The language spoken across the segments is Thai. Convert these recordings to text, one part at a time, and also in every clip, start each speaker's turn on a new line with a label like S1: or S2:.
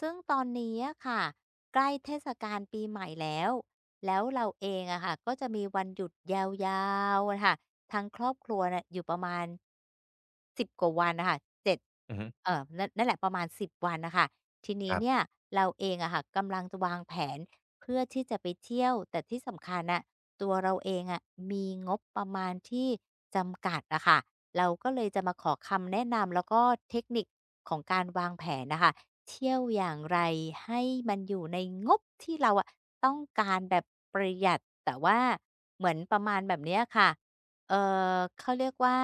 S1: ซึ่งตอนนี้อะค่ะใกล้เทศกาลปีใหม่แล้วแล้วเราเองอะค่ะก็จะมีวันหยุดยาวๆอะค่ะทั้งครอบครัวน่ะอยู่ประมาณ10กว่าวันน่ะคะเจ็ด
S2: อือฮึ
S1: เออนั่นแหละประมาณ10วันนะคะที
S2: ค
S1: นี้
S2: รั
S1: เนี่ย
S2: บ
S1: เราเองอะค่ะกำลังจะวางแผนเพื่อที่จะไปเที่ยวแต่ที่สำคัญอะตัวเราเองอะมีงบประมาณที่จำกัดอะค่ะเราก็เลยจะมาขอคำแนะนำแล้วก็เทคนิคของการวางแผนนะคะ เที่ยวอย่างไรให้มันอยู่ในงบที่เราอะต้องการแบบประหยัดแต่ว่าเหมือนประมาณแบบเนี้ยค่ะ เอ่เขาเรียกว่า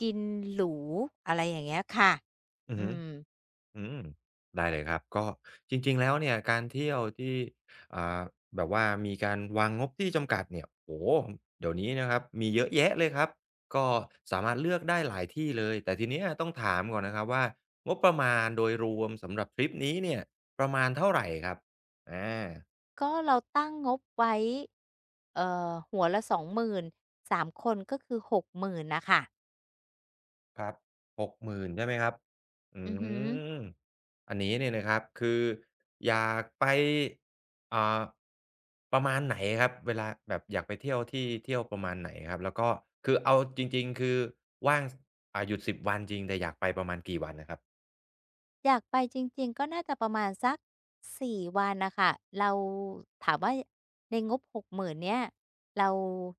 S1: กินหรูอะไรอย่างเงี้ยค่ะ
S2: อือ
S1: อื
S2: ฮึ
S1: ม
S2: อืมได้เลยครับก็จริงๆ แล้วเนี่ยการเที่ยวที่อ่าแบบว่ามีการวางงบที่จำกัดเนี่ยโอ้โฮเดี๋ยวนี้นะครับมีเยอะแยะเลยครับ ก็สามารถเลือกได้หลายที่เลย แต่ทีเนี้ยต้องถามก่อนนะครับว่างบประมาณโดยรวมสำหรับทริปนี้เนี่ยประมาณเท่าไรครับอา
S1: ก็เราตั้งงบไว้หัวละ20,000สามคนก็คือหกหมื่นนะค่ะ
S2: ครับ6 0 0 0นใช่ไหมครับอื
S1: อือหือ
S2: มอันนี้เนี่ยนะครับคืออยากไปอ่าประมาณไหนครับ เวลาแบบอยากไปเที่ยวที่เที่ยวประมาณไหนครับแล้วก็คือเอาจริงๆคือว่างสหยุดสิบวันจริง แต่อยากไปประมาณกี่วันนะครับ
S1: อยากไปจริงๆก็น่าจะประมาณสัก4วันน่ะค่ะเราถามว่าในงบหกหมื่นเนี่ยเรา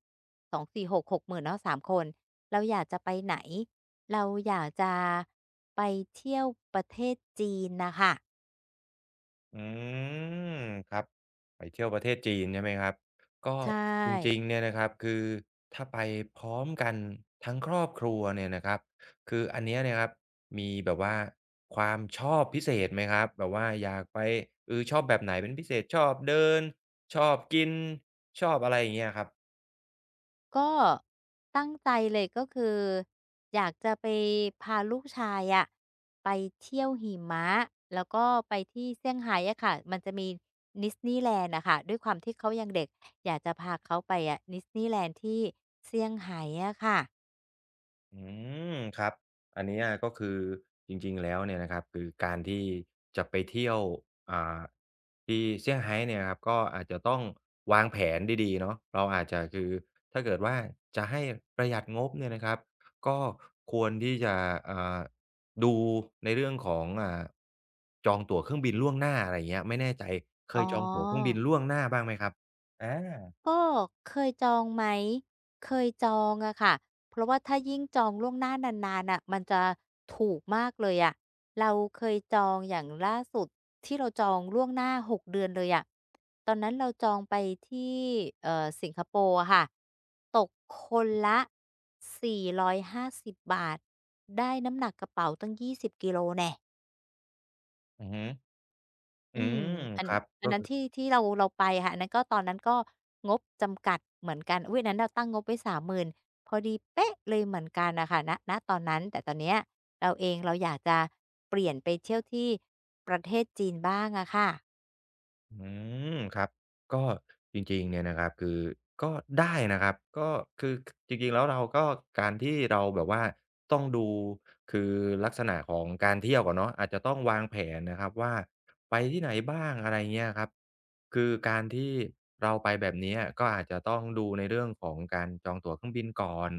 S1: สองสี่หกหกหมื่นเนาะสามคนเราอยากจะไปไหนเราอยากจะไปเที่ยวประเทศจีนน่ะค่ะ
S2: อืมครับไปเที่ยวประเทศจีนใช่ไหมครับก็
S1: ใช่
S2: จริงๆเนี่ยนะครับคือถ้าไปพร้อมกันทั้งครอบครัวเนี่ยนะครับคืออันเนี้ยเนี่ยครับมีแบบว่าความชอบพิเศษไหมครับแบบว่าอยากไปเออชอบแบบไหนเป็นพิเศษชอบเดินชอบกินชอบอะไรอย่างเงี้ยครับ
S1: ก็ตั้งใจเลยก็คืออยากจะไปพาลูกชายอะไปเที่ยวหิมะแล้วก็ไปที่เซี่ยงไฮ้อะค่ะมันจะมีดิสนีย์แลนด์นะค่ะด้วยความที่เขายังเด็กอยากจะพาเขาไปอะดิสนีย์แลนด์ที่เซี่ยงไฮ้อะค่ะ
S2: อืมครับอันเนี้ยก็คือจริงๆแล้วเนี่ยนะครับคือการที่จะไปเที่ยวอ่าที่เซี่ยงไฮ้เนี่ยครับก็อาจจะต้องวางแผนดีๆเนาะเราอาจจะคือถ้าเกิดว่าจะให้ประหยัดงบเนี่ยนะครับก็ควรที่จะอ่าดูในเรื่องของจองตั๋วเครื่องบินล่วงหน้าอะไรอย่างเงี้ยไม่แน่ใจเค
S1: อ๋อ
S2: ยจองตั๋วเครื่องบินล่วงหน้าบ้างไหมครับอา
S1: ก็เคยจองไหมเคยจองอะค่ะเพราะว่าถ้ายิ่งจองล่วงหน้านานๆน่ะมันจะถูกมากเลยอะเราเคยจองอย่างล่าสุดที่เราจองล่วงหน้า6เดือนเลยอะตอนนั้นเราจองไปที่สิงคโปร์อะค่ะตกคนละ450บบาทได้น้ำหนักกระเป๋าตั้ง20กิโลแน่
S2: อือฮึอื
S1: อืม
S2: ม
S1: อัน
S2: ครับ
S1: อัน
S2: ก็
S1: นั้นที่เราไปค่ะอันนั้นก็ตอนนั้นก็งบจำกัดเหมือนกันอุ๊ยอันนั้นเราตั้งงบไว้30,000พอดีเป๊ะเลยเหมือนกันน่ะค่ะตอนนั้นแต่ตอนเนี้ยเราเองเราอยากจะเปลี่ยนไปเที่ยวที่ประเทศจีนบ้างอะค่ะ
S2: อืมครับก็จริงๆเนี่ยนะครับคือก็ได้นะครับก็คือจริงๆแล้วเราก็การที่เราแบบว่าต้องดูคือลักษณะของการเที่ยวก่อนเนาะอาจจะต้องวางแผนนะครับว่าไปที่ไหนบ้างอะไรเงี้ยครับคือการที่เราไปแบบเนี้ยก็อาจจะต้องดูในเรื่องของการจองตั๋วเครื่องบินก่อน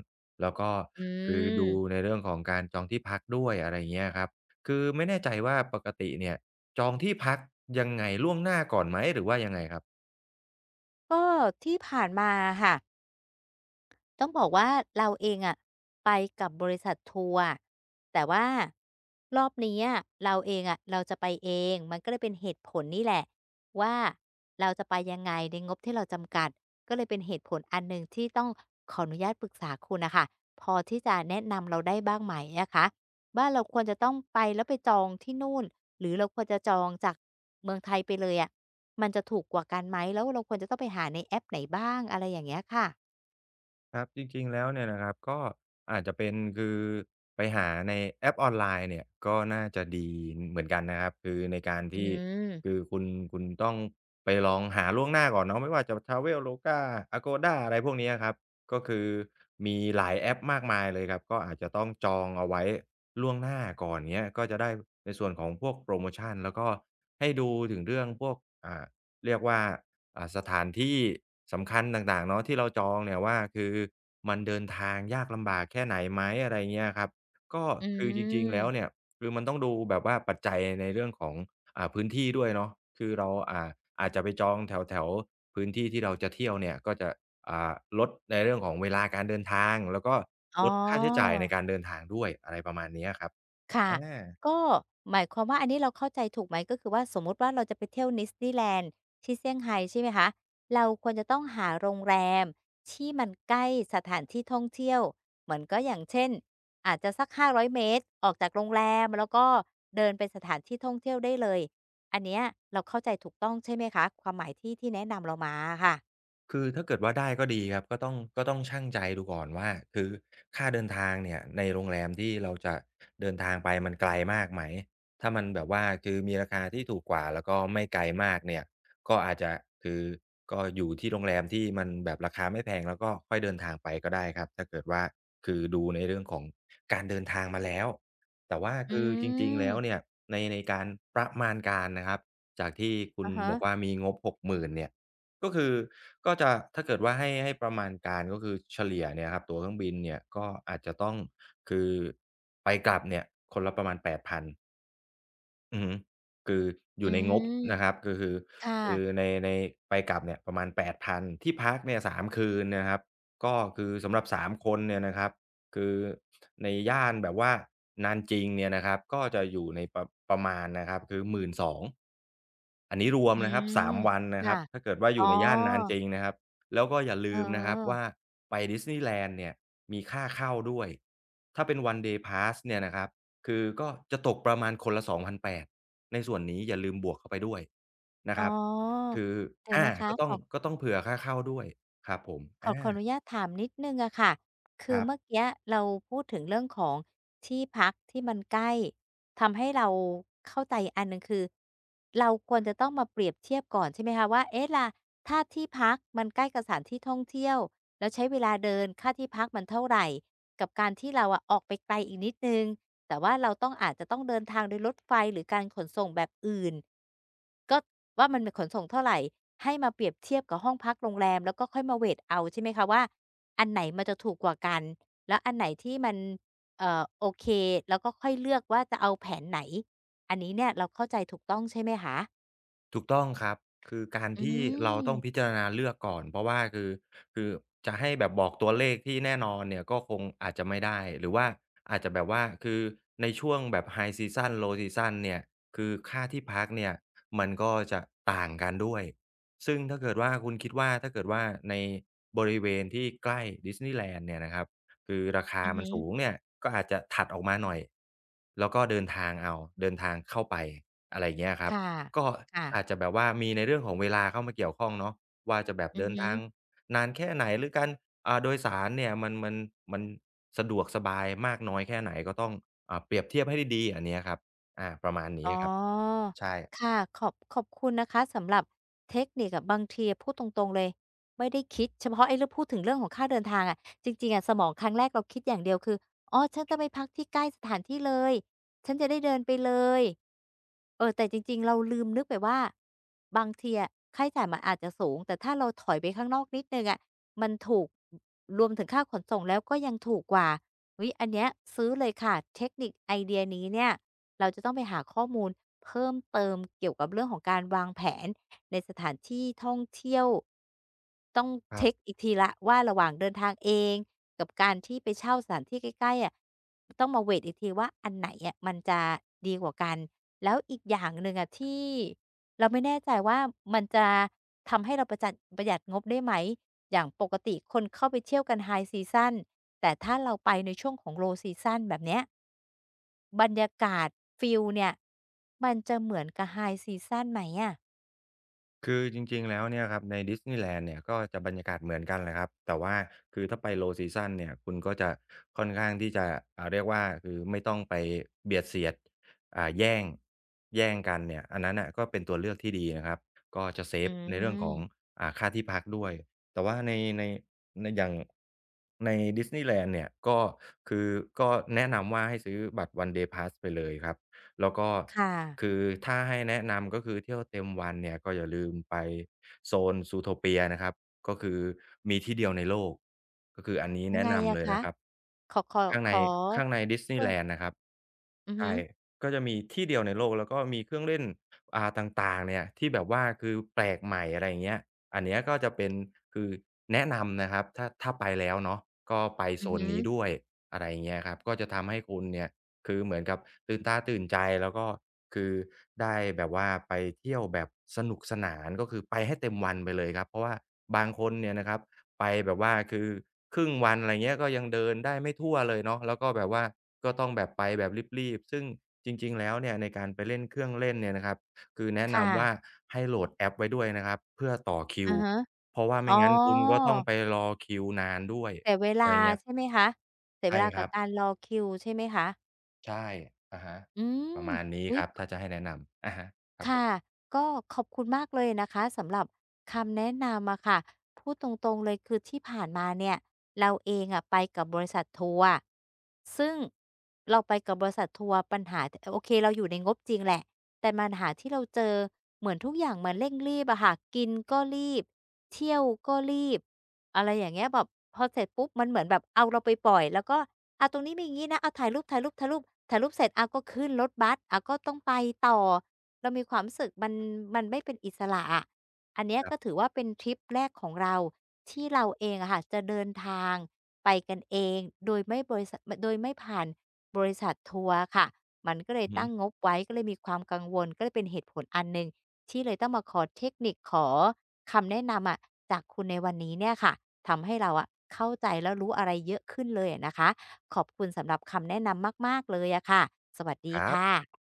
S2: แล้วก็
S1: อื
S2: คือดู
S1: ม
S2: ในเรื่องของการจองที่พักด้วยอะไรเงี้ยครับคือไม่แน่ใจว่าปกติเนี่ย จองที่พักยังไงล่วงหน้าก่อนไหมหรือว่ายังไงครับ
S1: ก็ที่ผ่านมาอะค่ะ ต้องบอกว่าเราเองอะไปกับบริษัททัวร์อะแต่ว่ารอบนี้อะเราเองอะเราจะไปเองมันก็เลยเป็นเหตุผลนี่แหละว่าเราจะไปยังไงในงบที่เราจำกัดก็เลยเป็นเหตุผลอันหนึ่งที่ต้องขออนุญาตปรึกษาคุณนะคะพอที่จะแนะนำเราได้บ้างไหมนะคะว่าเราควรจะต้องไปแล้วไปจองที่นู่นหรือเราควรจะจองจากเมืองไทยไปเลยอะมันจะถูกกว่ากันไหมแล้วเราควรจะต้องไปหาในแอปไหนบ้างอะไรอย่างเงี้ยค่ะ
S2: ครับจริงๆแล้วเนี่ยนะครับก็อาจจะเป็นคือไปหาในแอปออนไลน์เนี่ยก็น่าจะดีเหมือนกันนะครับคือในการ
S1: อื
S2: ที่คือ
S1: ม
S2: คุณคุณต้องไปลองหาล่วงหน้าก่อนเนาะไม่ว่าจะ Traveloka Agoda อะไรพวกนี้อะครับก็คือมีหลายแอปมากมายเลยครับก็อาจจะต้องจองเอาไว้ล่วงหน้าก่อนเงี้ยก็จะได้ในส่วนของพวกโพรโมชันแล้วก็ให้ดูถึงเรื่องพวกอ่าเรียกว่า สถานที่สำคัญต่างๆเนาะที่เราจองเนี่ยว่าคือมันเดินทางยากลำบากแค่ไหนไหมอะไรเงี้ยครับก็
S1: อื
S2: คือจริงๆแล้ว
S1: ม
S2: เนี่ยคือมันต้องดูแบบว่าปัจจัยในเรื่องของพื้นที่ด้วยเนาะคือเราอาจจะไปจองแถวๆพื้นที่ที่เราจะเที่ยวเนี่ยก็จะอ่าลดในเรื่องของเวลาการเดินทางแล้วก็
S1: อ๋อ
S2: ลดค่าใช้จ่ายในการเดินทางด้วยอะไรประมาณเนี้ยครับอ
S1: ค่ะ
S2: า
S1: ก็หมายความว่าอันนี้เราเข้าใจถูกไหมก็คือว่าสมมุติว่าเราจะไปเที่ยวดิสนีย์แลนด์ที่เซี่ยงไฮ้ใช่ไหมคะ เราควรจะต้องหาโรงแรมที่มันใกล้สถานที่ท่องเที่ยวเหมือนก็อย่างเช่นอาจจะสัก500เมตรออกจากโรงแรมแล้วก็เดินไปสถานที่ท่องเที่ยวได้เลยอันเนี้ยเราเข้าใจถูกต้องใช่ไหมคะความหมายที่แนะนำเรามาอะค่ะ
S2: คือถ้าเกิดว่าได้ก็ดีครับก็ต้องชั่งใจดูก่อนว่าคือค่าเดินทางเนี่ยในโรงแรมที่เราจะเดินทางไปมันไกลมากไหมถ้ามันแบบว่าคือมีราคาที่ถูกกว่าแล้วก็ไม่ไกลมากเนี่ยก็อาจจะคือก็อยู่ที่โรงแรมที่มันแบบราคาไม่แพงแล้วก็ค่อยเดินทางไปก็ได้ครับถ้าเกิดว่าคือดูในเรื่องของการเดินทางมาแล้วแต่ว่า
S1: อื
S2: คือจริงๆแล้ว
S1: ม
S2: เนี่ยในการประมาณการนะครับจากที่คุณ
S1: อะฮะ
S2: บอกว่ามีงบหกหมื่นเนี่ย ก็คือก็จะถ้าเกิดว่าให้ประมาณการก็คือเฉลี่ยเนี่ยครับตั๋วเครื่องบินเนี่ยก็อาจจะต้องคือไปกลับเนี่ยคนละประมาณ8,000อือฮึคืออ
S1: อื
S2: ยู่ในงบ
S1: ม
S2: นะครับก็คือ
S1: ค
S2: คือ
S1: ่ะ
S2: ในในไปกลับเนี่ยประมาณ8,000ที่พักเนี่ย3คืนนะครับก็คือสำหรับ3คนเนี่ยนะครับคือในย่านแบบว่านานจริงเนี่ยนะครับก็จะอยู่ในประมาณนะครับคือ12,000 อันนี้รวม
S1: อื
S2: นะครับ
S1: ม
S2: 3วันนะค
S1: ค่ะ
S2: รับถ้าเกิดว่าอ
S1: อ๋อ
S2: ยู่ในย่านนั้นจริงนะครับแล้วก็อย่า
S1: เอ
S2: ลืมนะครับว่า
S1: อ
S2: ไปดิสนีย์แลนด์เนี่ยมีค่าเข้าด้วยถ้าเป็น one day pass เนี่ยนะครับคือก็จะตกประมาณคนละ2,800ในส่วนนี้อย่าลืมบวกเข้าไปด้วยนะ
S1: อ๋
S2: ค
S1: อ
S2: รับคือ
S1: เดี๋ยว
S2: อา
S1: นะคะ
S2: ก็ต้
S1: ข
S2: อง
S1: อ
S2: ก็ต้องเผื่อค่าเข้าด้วยครับผม
S1: ขออนุ
S2: อา
S1: ญาตถามนิดหนึ่งอะค่ะคื
S2: ค
S1: อ
S2: รับ
S1: เมื่อกี้เราพูดถึงเรื่องของที่พักที่มันใกล้ทำให้เราเข้าใจอันหนึ่งคือเราควรจะต้องมาเปรียบเทียบก่อนใช่ไหมคะว่าเอ๊ะล่ะถ้าที่พักมันใกล้กับสถานที่ท่องเที่ยวแล้วใช้เวลาเดินค่าที่พักมันเท่าไรกับการที่เราอะออกไปไกลอีกนิดหนึ่ง แต่ว่าเราต้องอาจจะต้องเดินทางโดยรถไฟหรือการขนส่งแบบอื่นก็ว่ามันเป็นขนส่งเท่าไรให้มาเปรียบเทียบกับห้องพักโรงแรมแล้วก็ค่อยมาเวตเอาใช่ไหมคะว่าอันไหนมันจะถูกกว่ากันแล้วอันไหนที่มันโอเคแล้วก็ค่อยเลือกว่าจะเอาแผนไหนอันนี้เนี่ยเราเข้าใจถูกต้องใช่ไหมคะ
S2: ถูกต้องครับ คือการ
S1: อื
S2: ที่เรา
S1: ม
S2: ต้องพิจารณาเลือกก่อน เพราะว่าคือจะให้แบบบอกตัวเลขที่แน่นอนเนี่ยก็คงอาจจะไม่ได้ หรือว่าอาจจะแบบว่าคือในช่วงแบบ High Season Low Season เนี่ยคือค่าที่พักเนี่ยมันก็จะต่างกันด้วย ซึ่งถ้าเกิดว่าคุณคิดว่าถ้าเกิดว่าในบริเวณที่ใกล้ดิสนีย์แลนด์เนี่ยนะครับ คือราคา
S1: อือ
S2: มัน
S1: ฮึ
S2: สูงเนี่ยก็อาจจะถัดออกมาหน่อย แล้วก็เดินทางเอาเดินทางเข้าไปอะไรอย่างเงี้ยครับ
S1: ค่ะ
S2: ก็
S1: ค่ะ
S2: อาจจะแบบว่ามีในเรื่องของเวลาเข้ามาเกี่ยวข้องเนาะว่าจะแบบ
S1: อือ
S2: เดิน
S1: ฮึ
S2: ทางนานแค่ไหนหรือการโดยสารเนี่ยมันมันสะดวกสบายมากน้อยแค่ไหนก็ต้องเปรียบเทียบให้ดีๆอันเนี้ยครับอาประมาณนี้
S1: อ๋อ
S2: ครับใช่
S1: ค่ะขอบคุณนะคะสำหรับเทคนิคอะบางทีอะพูดตรงๆเลยไม่ได้คิดเฉพาะไอ้เรื่องพูดถึงเรื่องของค่าเดินทางอะจริงๆอะสมองครั้งแรกเราคิดอย่างเดียวคืออ๋อฉันจะไปพักที่ใกล้สถานที่เลยฉันจะได้เดินไปเลยเออแต่จริงๆเราลืมนึกไปว่าบางทีอะค่าใช้จ่ายมันอาจจะสูงแต่ถ้าเราถอยไปข้างนอกนิดหนึ่งอะมันถูกรวมถึงค่าขนส่งแล้วก็ยังถูกกว่า อิอยอันเนี้ยซื้อเลยค่ะเทคนิคไอเดียนี้เนี่ยเราจะต้องไปหาข้อมูลเพิ่มเติมเกี่ยวกับเรื่องของการวางแผนในสถานที่ท่องเที่ยวต้อง
S2: ครั
S1: เช็ค
S2: บ
S1: อีกทีละว่าระหว่างเดินทางเองกับการที่ไปเช่าสถานที่ใกล้ๆอะต้องมาเวทอีกทีว่าอันไหนอะมันจะดีกว่ากันแล้วอีกอย่างหนึ่งอะที่เราไม่แน่ใจว่ามันจะทำให้เราประหยัดงบได้ไหม อย่างปกติคนเข้าไปเที่ยวกัน High Season แต่ถ้าเราไปในช่วงของ Low Season แบบเนี้ยบรรยากาศฟิลเนี่ยมันจะเหมือนกับ High Season ไหมอะ
S2: คือจริงๆแล้วเนี่ยครับในดิสนีย์แลนด์เนี่ยก็จะบรรยากาศเหมือนกันแหละครับแต่ว่าคือถ้าไป Low Season เนี่ยคุณก็จะค่อนข้างที่จะเรียกว่าคือไม่ต้องไปเบียดเสียดแย่งแย่งกันเนี่ยอันนั้นน่ะก็เป็นตัวเลือกที่ดีนะครับก็จะเซ
S1: อื
S2: ฟในเรื่องของ
S1: ม
S2: ค่าที่พักด้วยแต่ว่าในในอย่างในดิสนีย์แลนด์เนี่ยก็คือก็แนะนำว่าให้ซื้อบัตร One Day Pass ไปเลยครับ แล้วก็
S1: ค
S2: คื
S1: ่ะ
S2: อถ้าให้แนะนำก็คือเที่ยวเต็มวันเนี่ยก็อย่าลืมไปโซน Zootopia นะครับก็คือมีที่เดียวในโลกก็คืออันนี้
S1: ยัง
S2: แนะ
S1: ไง
S2: นำ
S1: อะ
S2: เลย
S1: คะ
S2: นะครับ
S1: ขอขอ
S2: ข้าง
S1: ข
S2: ใน
S1: อ
S2: ข้างในดิสนี
S1: เพิ่
S2: ย์แล
S1: ม
S2: นด์นะครับ
S1: อือ
S2: ใช่ก็จะมีที่เดียวในโลกแล้วก็มีเครื่องเล่นต่างๆเนี่ยที่แบบว่าคือแปลกใหม่อะไรอย่างเงี้ยอันเนี้ยก็จะเป็นคือแนะนำนะครับถ้าไปแล้วเนาะก็ไป
S1: หืออื
S2: โซ
S1: อ
S2: น
S1: หือ
S2: นี้ด้วยอะไรอย่างเงี้ยครับก็จะทำให้คุณเนี่ยคือเหมือนกับตื่นตาตื่นใจแล้วก็คือได้แบบว่าไปเที่ยวแบบสนุกสนานก็คือไปให้เต็มวันไปเลยครับเพราะว่าบางคนเนี่ยนะครับ ไปแบบว่าคือครึ่งวันอะไรเงี้ยก็ยังเดินได้ไม่ทั่วเลยเนาะแล้วก็แบบว่าก็ต้องแบบไปแบบรีบๆซึ่งจริงๆแล้วเนี่ยในการไปเล่นเครื่องเล่นเนี่ยนะครับคือแนะ
S1: ค
S2: นำว่า
S1: ่ะ
S2: ให้โหลดแอปไว้ด้วยนะครับเพื่อต่อคิ
S1: อะ
S2: ว
S1: ฮะ
S2: เพราะว่า
S1: อ๋อ
S2: ไม่งั้นคุณก็ต้องไปรอคิวนานด้วย
S1: เสียเว
S2: อะไร
S1: ลา
S2: เงี้ย
S1: ใช่ไหมคะเสียเว
S2: ใช่
S1: ลา
S2: ค
S1: กับ
S2: รับ
S1: การรอคิวใช่ไหมคะ
S2: ใช่อะฮะ
S1: อื
S2: ป
S1: ม
S2: ระมาณนี้
S1: อุ๊
S2: ค
S1: ย
S2: รับถ้าจะให้แนะนำอะฮะครับผ
S1: ค่ะ
S2: ม
S1: ก็ขอบคุณมากเลยนะคะสำหรับคำแนะนำอะค่ะพูดตรงๆเลยคือที่ผ่านมาเนี่ยเราเองอะไปกับบริษัททัวร์ซึ่งเราไปกับบริษัททัวร์ปัญหาโอเคเราอยู่ในงบจริงแหละแต่ปัญหาที่เราเจอเหมือนทุกอย่างมันเร่งรีบอะค่ะกินก็รีบเที่ยวก็รีบอะไรอย่างเงี้ยแบบพอเสร็จปุ๊บมันเหมือนแบบเอาเราไปปล่อยแล้วก็อ่ะตรงนี้มีอย่างงี้นะเอาถ่ายรูปถ่ายรูปถ่ายรูปถ่ายรูปเสร็จอ่ะก็ขึ้นรถบัสอ่ะก็ต้องไปต่อ เรามีความรู้สึกมันไม่เป็นอิสระอะอันเนี้ย
S2: ครั
S1: ก็ถื
S2: บ
S1: อว่าเป็นทริปแรกของเราที่เราเองอะค่ะจะเดินทางไปกันเองโดยไม่ผ่านบริษัททัวร์ค่ะมันก็เลย
S2: อือฮึ
S1: ตั้งงบไว้ก็เลยมีความกังวลก็เลยเป็นเหตุผลอันหนึ่งที่เลยต้องมาขอเทคนิคขอคำแนะนำอะจากคุณในวันนี้เนี่ยค่ะทำให้เราอะเข้าใจแล้วรู้อะไรเยอะขึ้นเลยอะนะคะขอบคุณสำหรับคำแนะนำมากๆเลยอะค่ะสวัสดี
S2: ครั
S1: ค
S2: บ
S1: ่ะ